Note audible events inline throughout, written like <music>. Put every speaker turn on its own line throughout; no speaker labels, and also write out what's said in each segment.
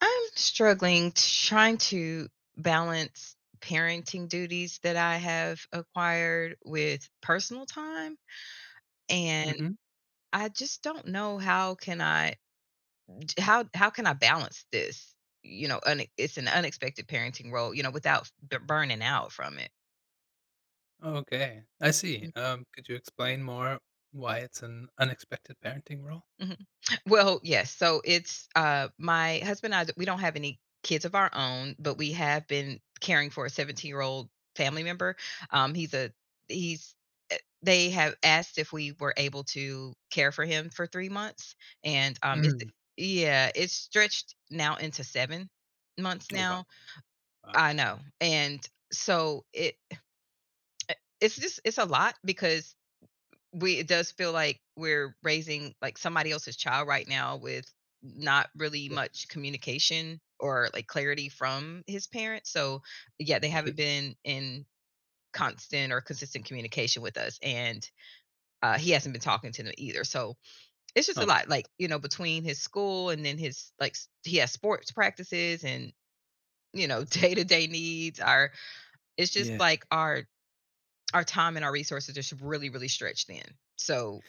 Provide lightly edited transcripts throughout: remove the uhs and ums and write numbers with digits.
I'm struggling t trying to balance parenting duties that I have acquired with personal time, and
Mhm.
I just don't know how can I balance this? You know, une It's an unexpected parenting role, without b burning out from it.
Okay, I see. Could you explain more why it's an unexpected parenting role?
Mhm. Well, yes. So it's my husband and I, we don't have any kids of our own, but we have been caring for a 17-year-old family member. He's a he's eh, They have asked if we were able to care for him for 3 months, and it's
Mm.
yeah, it's stretched now into 7 months
Oh, wow.
now.
Wow.
I know. And so it eh, it's just it's a lot because we it does feel like we're raising like somebody else's child right now with not really
Yeah.
much communication or like clarity from his parents. So yeah, they haven't
Shoot.
been in constant or consistent communication with us, and he hasn't been talking to them either, so it's just a
Oh, man.
lot, like, between his school and then his he has sports practices and <laughs> day-to-day needs our it's just
Yeah.
like our time and our resources are just really really stretched thin, so.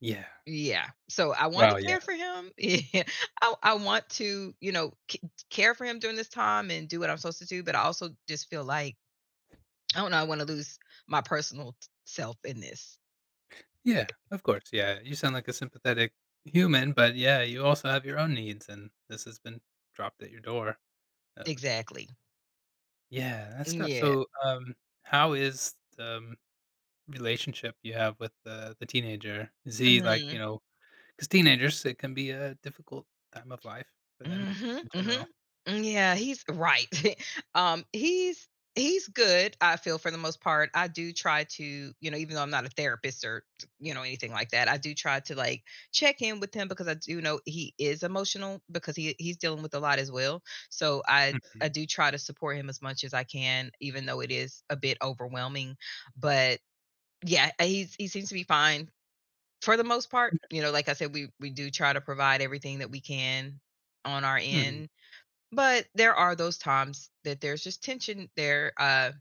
Yeah.
Yeah. So I want to
Wow, yeah.
care for him. <laughs> Yeah. I want to, care for him during this time and do what I'm supposed to do. But I also just feel like, I don't know, I want to lose my personal self in this.
Yeah, of course, yeah. You sound like a sympathetic human, but, yeah, you also have your own needs, and this has been dropped at your door. Um,
Exactly.
yeah, that's tough.
Yeah.
So, how is the, relationship you have with the teenager? Is he, like,
Mm-hmm.
'cause teenagers, it can be a difficult time of life for them
Mhm,
in
mhm.
general.
Mm, yeah, he's right. <laughs> He's good, I feel, for the most part. I do try to, even though I'm not a therapist or, anything like that, I do try to, like, check in with him because I do know he is emotional because he's dealing with a lot as well. So
Mhm.
I do try to support him as much as I can, even though it is a bit overwhelming. But, yeah, he seems to be fine for the most part. Like I said, we do try to provide everything that we can on our
Mhm.
end. But there are those times that there's just tension there, uh,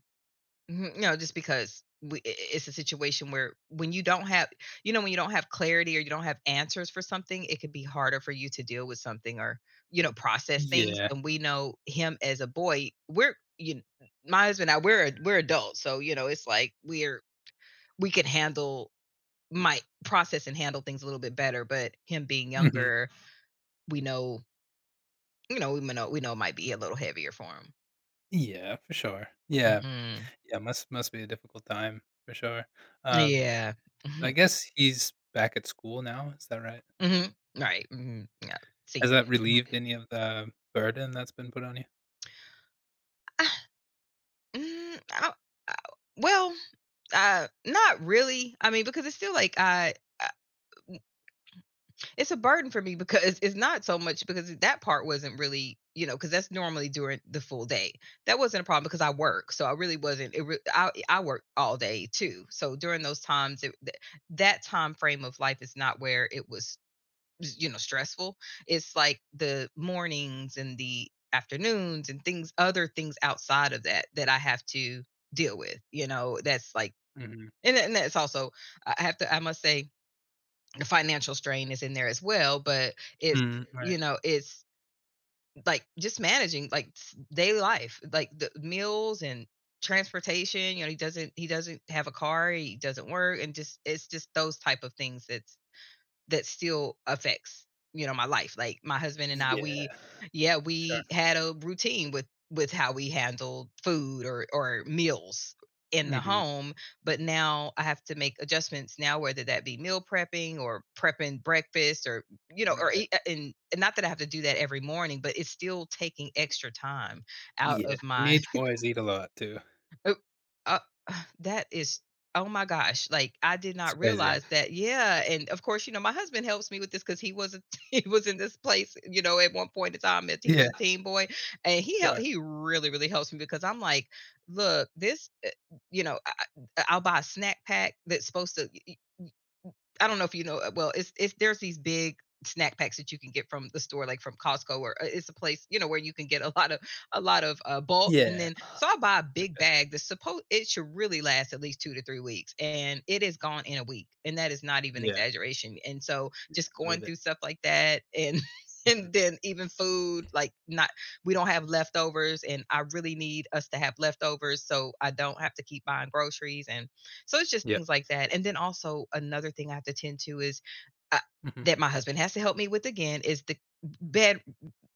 mhm, you know, just because we I it's a situation where when you don't have clarity or you don't have answers for something, it could be harder for you to deal with something or, process things,
Yeah.
and we know him as a boy, we're you my husband and I, we're adults, so, it's like we could handle might process and handle things a little bit better, but him being
Mhm.
younger, we know, we know it might be a little heavier for him.
Yeah, for sure. Yeah.
Mhm.
Yeah, must be a difficult time for sure. Um,
Yeah.
I
Mhm.
guess he's back at school now, is that right?
Mhm. Right. Mhm. Yeah. See.
Has that relieved
Mhm.
any of the burden that's been put on you?
Ah, mm, I don't uh, well, not really. I mean, because it's still like I uh, it's a burden for me because <laughs> it's not so much, because that part wasn't really, because that's normally during the full day. That wasn't a problem because I work, so I really wasn't. It re I I work all day too. So during those times, it th that time frame of life is not where it was, stressful. It's like the mornings and the afternoons and things other things outside of that that I have to deal with, that's like.
Mhm.
And that's also, I have to I must say, the financial strain is in there as well, but it's
Mm,
you
right.
know it's like just managing, daily life, like the meals and transportation. He doesn't have a car, he doesn't work, and just it's just those type of things that still affects, my life. Like my husband and I, we
Yeah,
yeah,
sure.
we had a routine with how we handled food or meals in the
Mhm.
home, but now I have to make adjustments now, whether that be meal prepping or prepping breakfast, or you know or
Right.
e- and not that I have to do that every morning, but it's still taking extra time out
Yeah.
of my.
Teenage boys eat a lot too.
Oh, uh, <sighs> that is oh my gosh, like, I did
It's
not
crazy. Huh?
realize that. Yeah, and, of course, my husband helps me with this because he was a <laughs> he was in this place, at one point in time, as he
Yeah,
was a teen boy, and he helped.
sure.
He really, really helps me because I'm like, "Look, this" you know, I I'll buy a snack pack that's supposed to. I don't know if you know. Well, it's there's these big snack packs that you can get from the store, like from Costco, or it's a place, where you can get a lot of bulk. And
Yeah.
then so I buy a
I
big
bet.
bag that's supposed it should really last at least 2 to 3 weeks, and it is gone in a week, and that is not even
Yeah.
exaggeration. And so
I
just going
believe it.
through stuff like that, and <laughs>
Mhm.
and then even food, like, not, we don't have leftovers, and I really need us to have leftovers so I don't have to keep buying groceries, and so it's just
Yep.
things like that. And then also another thing I have to tend to is uh,
Mhm,
that my husband has to help me with again is the bed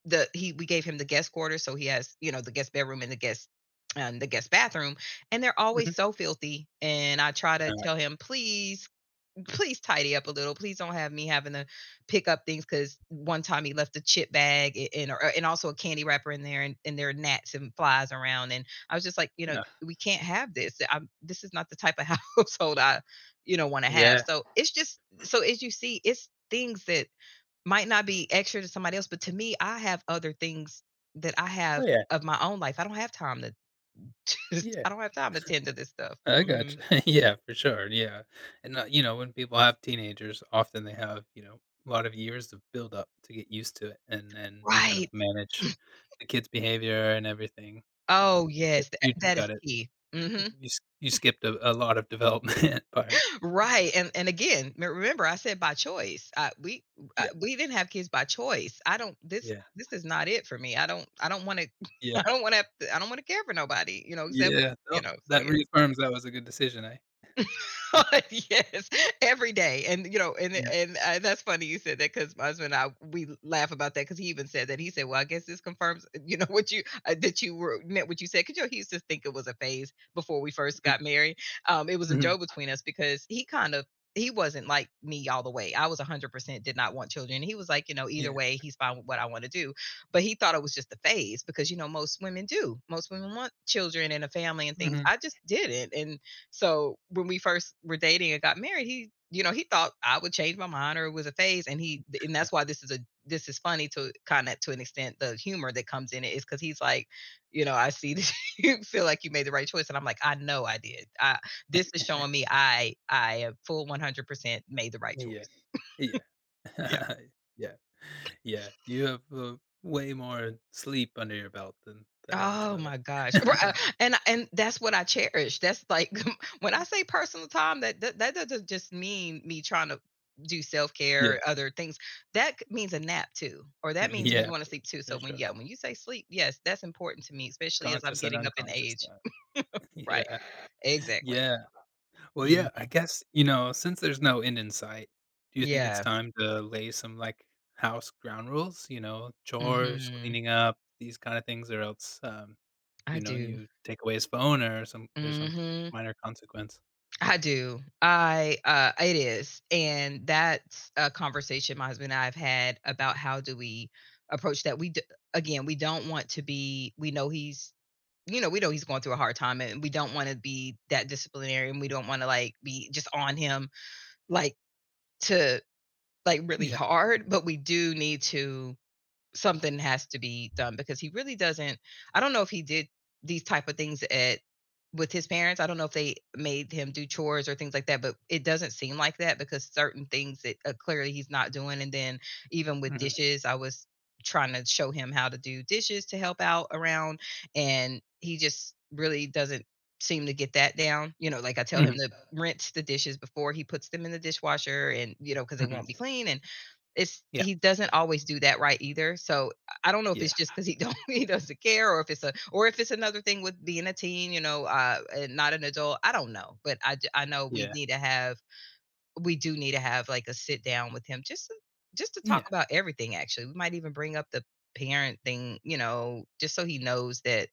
the he we gave him the guest quarters, so he has, the guest bedroom and the guest bathroom, and they're always
mhm.
so filthy, and I try to
Uh,
tell him, please, please tidy up a little. Please don't have me having to pick up things, because one time he left a chip bag and also a candy wrapper in there, and, there are gnats and flies around. And I was just like,
uh,
we can't have this. This is not the type of <laughs> household I, want to have.
yeah.
So it's just, so as you see, it's things that might not be extra to somebody else, but to me, I have other things that I have
Oh, yeah.
of my own life. I don't have time to. <laughs>
Yeah.
I don't have time to tend to this stuff.
I got
Mhm.
you. <laughs> Yeah, for sure, yeah. And, you know, when people have teenagers, often they have, you know, a lot of years of build up to get used to it and kind of
Right.
manage the kids' behavior and everything. Um,
Oh,
but
yes, tha
you just
that is
got it
key. Mhm.
you skipped a lot of development <laughs> parts.
Right, and again, me remember, I said by choice.
Yeah,
We didn't have kids by choice. I don't this
yeah,
this is not it for me. I don't wanna <laughs>
yeah,
I don't want I don't wanna care for nobody, except,
yeah. Well,
so
that
yeah.
reaffirms that was a good decision, eh?
God, <laughs> yes, every day, and
Yeah.
that's funny you said that, because my husband and I, we laugh about that, because he even said that he said, "Well, I guess this confirms, <laughs> you know, what you that you were meant what you said." Because he used to think it was a phase before we first
Mm,
got married. It was a
mhm.
joke between us because he kind of he wasn't like me all the way. I was 100% did not want children. He was like, either
Yeah.
way, he's fine with what I want to do. But he thought it was just a phase, because most women do. Most women want children and a family and things.
Mhm.
I just didn't, and so when we first were dating and got married, he thought I would change my mind or it was a phase. And
Uh,
that's why this is funny, to kind of to an extent. The humor that comes in it is because he's like, I see that <laughs> you feel like you made the right choice, and I'm like, I know I did. I This is showing me I have full 100% made the right choice.
yeah. Yeah.
Yeah.
<laughs> Yeah. Yeah. You have, way more sleep under your belt than the average
Oh
mother.
my gosh. Ri
<laughs>
and that's what I cherish. That's like <laughs> when I say personal time, that doesn't just mean me trying to do
Yeah.
self-care, other things. That c means a nap too, or that means me
Yeah,
going to sleep too. So,
for
when
sure.
yeah, when you say sleep, yes, that's important to me, especially as I'm
Conscious and
getting up in
unconscious
age.
time. <laughs>
Right.
Yeah.
Exactly.
Yeah. Well, yeah, I
Mhm.
guess, you know, since there's no end in sight, do you think it's
Yeah.
time to lay some, like, house ground rules? You know, chores,
Mhm.
cleaning up, these kinda things, or else,
I
you know,
do.
you take away his phone or some there's some
Mhm.
minor consequence.
I do. I it is. And that's a conversation my husband and I have had about how do we approach that. Again, we don't want to be we know he's we know he's going through a hard time, and we don't want to be that disciplinary, and we don't want to like be just on him, like, to, like, really
Yeah.
hard, but we do need to. Something has to be done because he really doesn't. I don't know if he did these type of things at, with his parents. I don't know if they made him do chores or things like that, but it doesn't seem like that because certain things that, clearly he's not doing, and then even with
Mhm.
dishes, I was trying to show him how to do dishes to help out around, and he just really doesn't seem to get that down. You know, like, I tell him
Mhm.
to rinse the dishes before he puts them in the dishwasher and, you know, because they
Mhm.
won't be clean, and it's,
Yeah.
he doesn't always do that right either, so I don't know if
Yeah,
it's just <laughs> because he don't <laughs> he doesn't care, or if it's a or if it's another thing with being a teen, you know, and not an adult, I don't know, but I know we
yeah,
need to have, we do need to have, like, a sit down with him just to, just to talk
yeah,
about everything, actually. We might even bring up the parent thing, you know, just so he knows that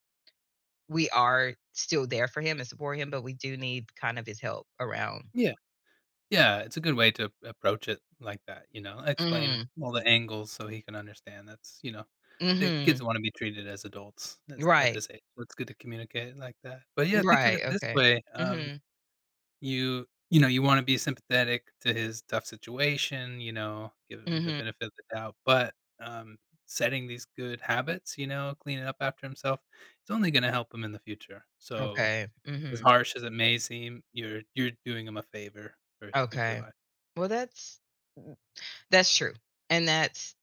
we are still there for him and support him, but we do need kind of his help around.
yeah, yeah, it's a good way to approach it like that, you know, explain
Mhm,
all the angles so he can understand that's, you know, the
mhm.
kids wanna be treated as adults as at
Right,
this age, so it's good to communicate it like that. But yeah, think of
right,
it this
okay.
way,
Mhm,
you know, you wanna be sympathetic to his tough situation, you know, give him the
mhm.
benefit of the doubt, but, setting these good habits, you know, cleaning up after himself, it's only gonna help him in the future, so
Okay,
as
mhm,
harsh as it may seem, you're doing him a favor for his future
okay.
life.
Well, that's, mm, that's true, and that's,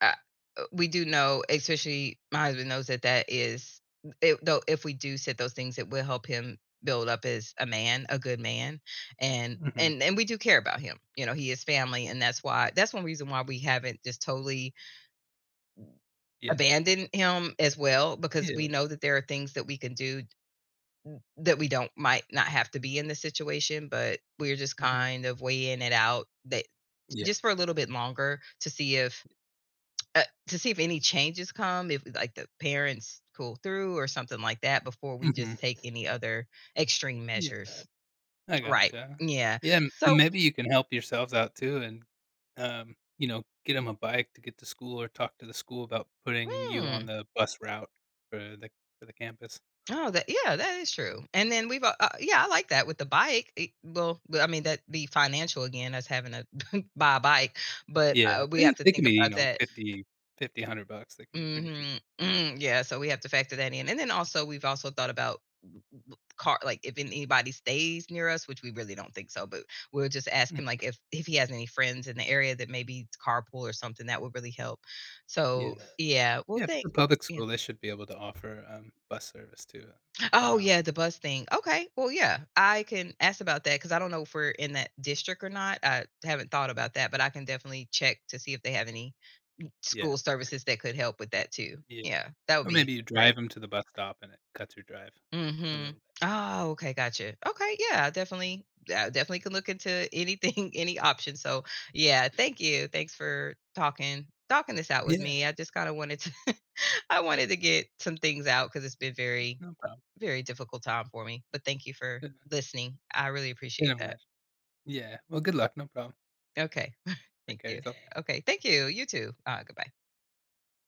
uh, we do know, especially my husband knows, that that is it though. If we do set those things, it will help him build up as a man, a good man, and
Mhm.
and we do care about him. You know, he is family, and that's why, that's one reason why we haven't just totally
Yeah.
abandoned him as well, because we
Yeah.
know that there are things that we can do that we don't might not have to be in the situation, but we're just
Mhm.
kind of weighing it out, that
Yeah.
just for a little bit longer to see if, to see if any changes come, if like the parents cool through or something like that, before we
Mhm.
just take any other extreme
Yeah.
measures.
I
Right.
gotcha.
Yeah.
Yeah, and
So,
maybe you can help yourselves out too and, you know, get him a bike to get to school or talk to the school about putting you on
hmm.
the bus route for the campus.
Oh, that, yeah, that is true. And then we've, yeah, I like that with the bike. It- well, but I mean that would be financial again, us having to <laughs> buy a bike, but
Yeah.
we have
It
to
it
think
can be, you
about
know,
that.
50, fifty, $100. 100 They can be pretty cheap.
Mhm. Mm, yeah, so we have to factor that in, and then also we've also thought about w w car, like, if anybody stays near us, which we really don't think so, but we'll just ask him,
Mhm.
like, if he has any friends in the area that maybe it's carpool or something, that would really help. So,
Yeah.
yeah, well,
Yeah, if it's
thank.
a public
Yeah.
school, they should be able to offer, bus service too,
Oh,
somehow.
yeah, the bus thing. Okay, well, yeah, I can ask about that because I don't know if we're in that district or not. I haven't thought about that, but I can definitely check to see if they have any
Yeah.
school services that could help with that too.
Yeah.
Yeah, that would
Or
be
maybe you
great.
drive 'em to the bus stop and it cuts your drive a
Mhm.
little bit.
Oh, okay, gotcha. Okay, yeah, definitely, I definitely can look into anything, <laughs> any option. So, yeah, thank you. Thanks for talking this out with
Yeah,
me. I just kind of wanted to, <laughs> I wanted to get some things out cuz it's been very,
no problem.
very difficult time for me. But thank you for
Good.
listening. I really
I
appreciate
can
that.
imagine. Yeah. Well, good luck, no problem.
Okay. <laughs>
Take
Thank
care of
you.
yourself.
Okay, thank you. You too. Goodbye.